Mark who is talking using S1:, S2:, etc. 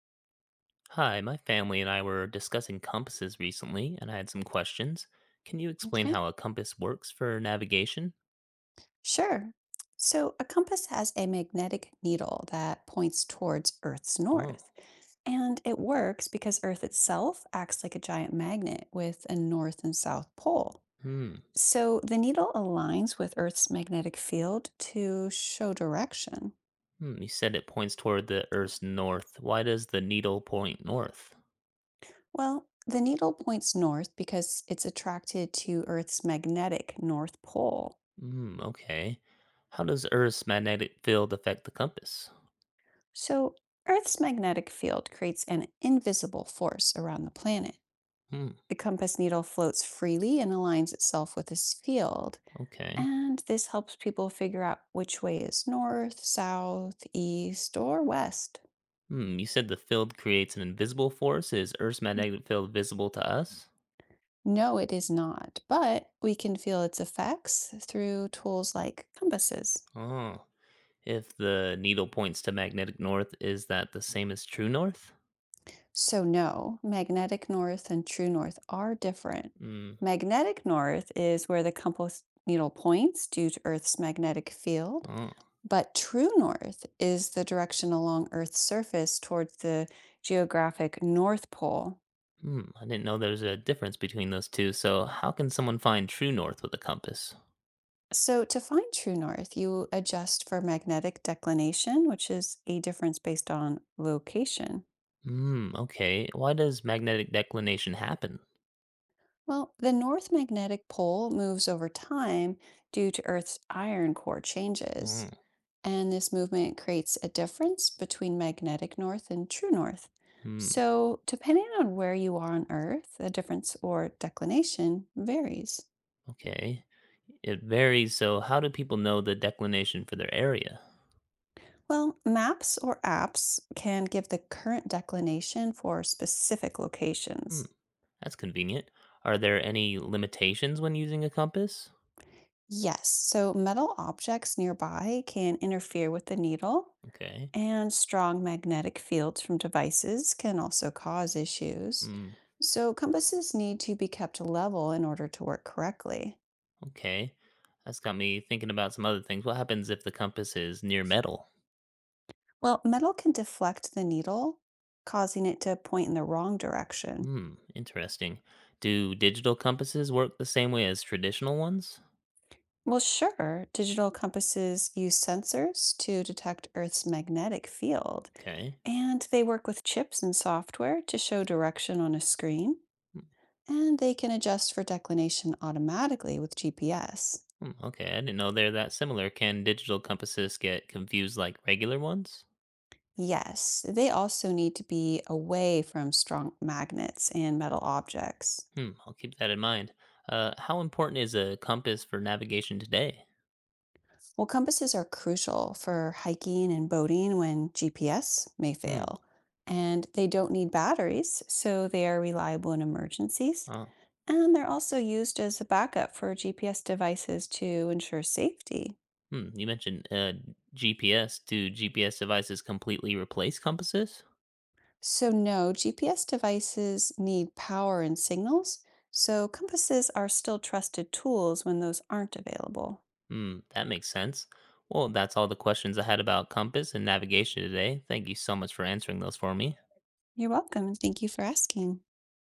S1: Hi, my family and I were discussing compasses recently, and I had some questions. Can you explain
S2: Okay.
S1: how a compass works for navigation?
S2: Sure. So, a compass has a magnetic needle that points towards Earth's
S1: Oh,
S2: north. And it works because Earth itself acts like a giant magnet with a north and south pole.
S1: hmm.
S2: So, the needle aligns with Earth's magnetic field to show direction.
S1: Hmm. You said it points toward the Earth's north. Why does the needle point north?
S2: Well, the needle points north because it's attracted to Earth's magnetic north pole.
S1: Hmm, okay. How does Earth's magnetic field affect the compass?
S2: So, Earth's magnetic field creates an invisible force around the planet.
S1: Hmm,
S2: The compass needle floats freely and aligns itself with this field.
S1: okay.
S2: And this helps people figure out which way is north, south, east, or west.
S1: Hmm, you said the field creates an invisible force. Is Earth's magnetic field visible to us?
S2: No, it is not, but we can feel its effects through tools like compasses.
S1: Oh. If the needle points to magnetic north, is that the same as true north?
S2: So, no, magnetic north and true north are different.
S1: Hmm.
S2: Magnetic north is where the compass needle points due to Earth's magnetic field.
S1: Oh,
S2: But true north is the direction along Earth's surface towards the geographic North Pole.
S1: hmm. I didn't know there was a difference between those two. So, how can someone find true north with a compass?
S2: So, to find true north, you adjust for magnetic declination, which is a difference based on location.
S1: Hmm. Okay. Why does magnetic declination happen?
S2: Well, the north magnetic pole moves over time due to Earth's iron core
S1: Oh,
S2: changes. And this movement creates a difference between magnetic north and true north.
S1: hmm.
S2: So, depending on where you are on Earth, the difference or declination varies.
S1: Okay. It varies. So, how do people know the declination for their area?
S2: Well, maps or apps can give the current declination for specific
S1: Hmm.
S2: locations.
S1: That's convenient. Are there any limitations when using a compass?
S2: Yes, so metal objects nearby can interfere with the needle,
S1: Okay.
S2: and strong magnetic fields from devices can also cause issues.
S1: Hmm.
S2: So, compasses need to be kept level in order to work correctly.
S1: Okay. That's got me thinking about some other things. What happens if the compass is near metal?
S2: Well, metal can deflect the needle, causing it to point in the wrong direction.
S1: Hmm, interesting. Do digital compasses work the same way as traditional ones?
S2: Well, sure. Digital compasses use sensors to detect Earth's magnetic field,
S1: Okay.
S2: and they work with chips and software to show direction on a screen, and they can adjust for declination automatically with GPS.
S1: Hmm, okay, I didn't know they're that similar. Can digital compasses get confused like regular ones?
S2: Yes, they also need to be away from strong magnets and metal objects.
S1: Hmm, I'll keep that in mind. How important is a compass for navigation today?
S2: Well, compasses are crucial for hiking and boating when GPS may
S1: Hmm.
S2: fail, and they don't need batteries, so they are reliable in emergencies.
S1: Oh.
S2: And they're also used as a backup for GPS devices to ensure safety.
S1: Hmm. You mentioned GPS. Do GPS devices completely replace compasses?
S2: So, no, GPS devices need power and signals, so compasses are still trusted tools when those aren't available.
S1: Hmm. That makes sense. Well, that's all the questions I had about compass and navigation today. Thank you so much for answering those for me.
S2: You're welcome, and thank you for asking.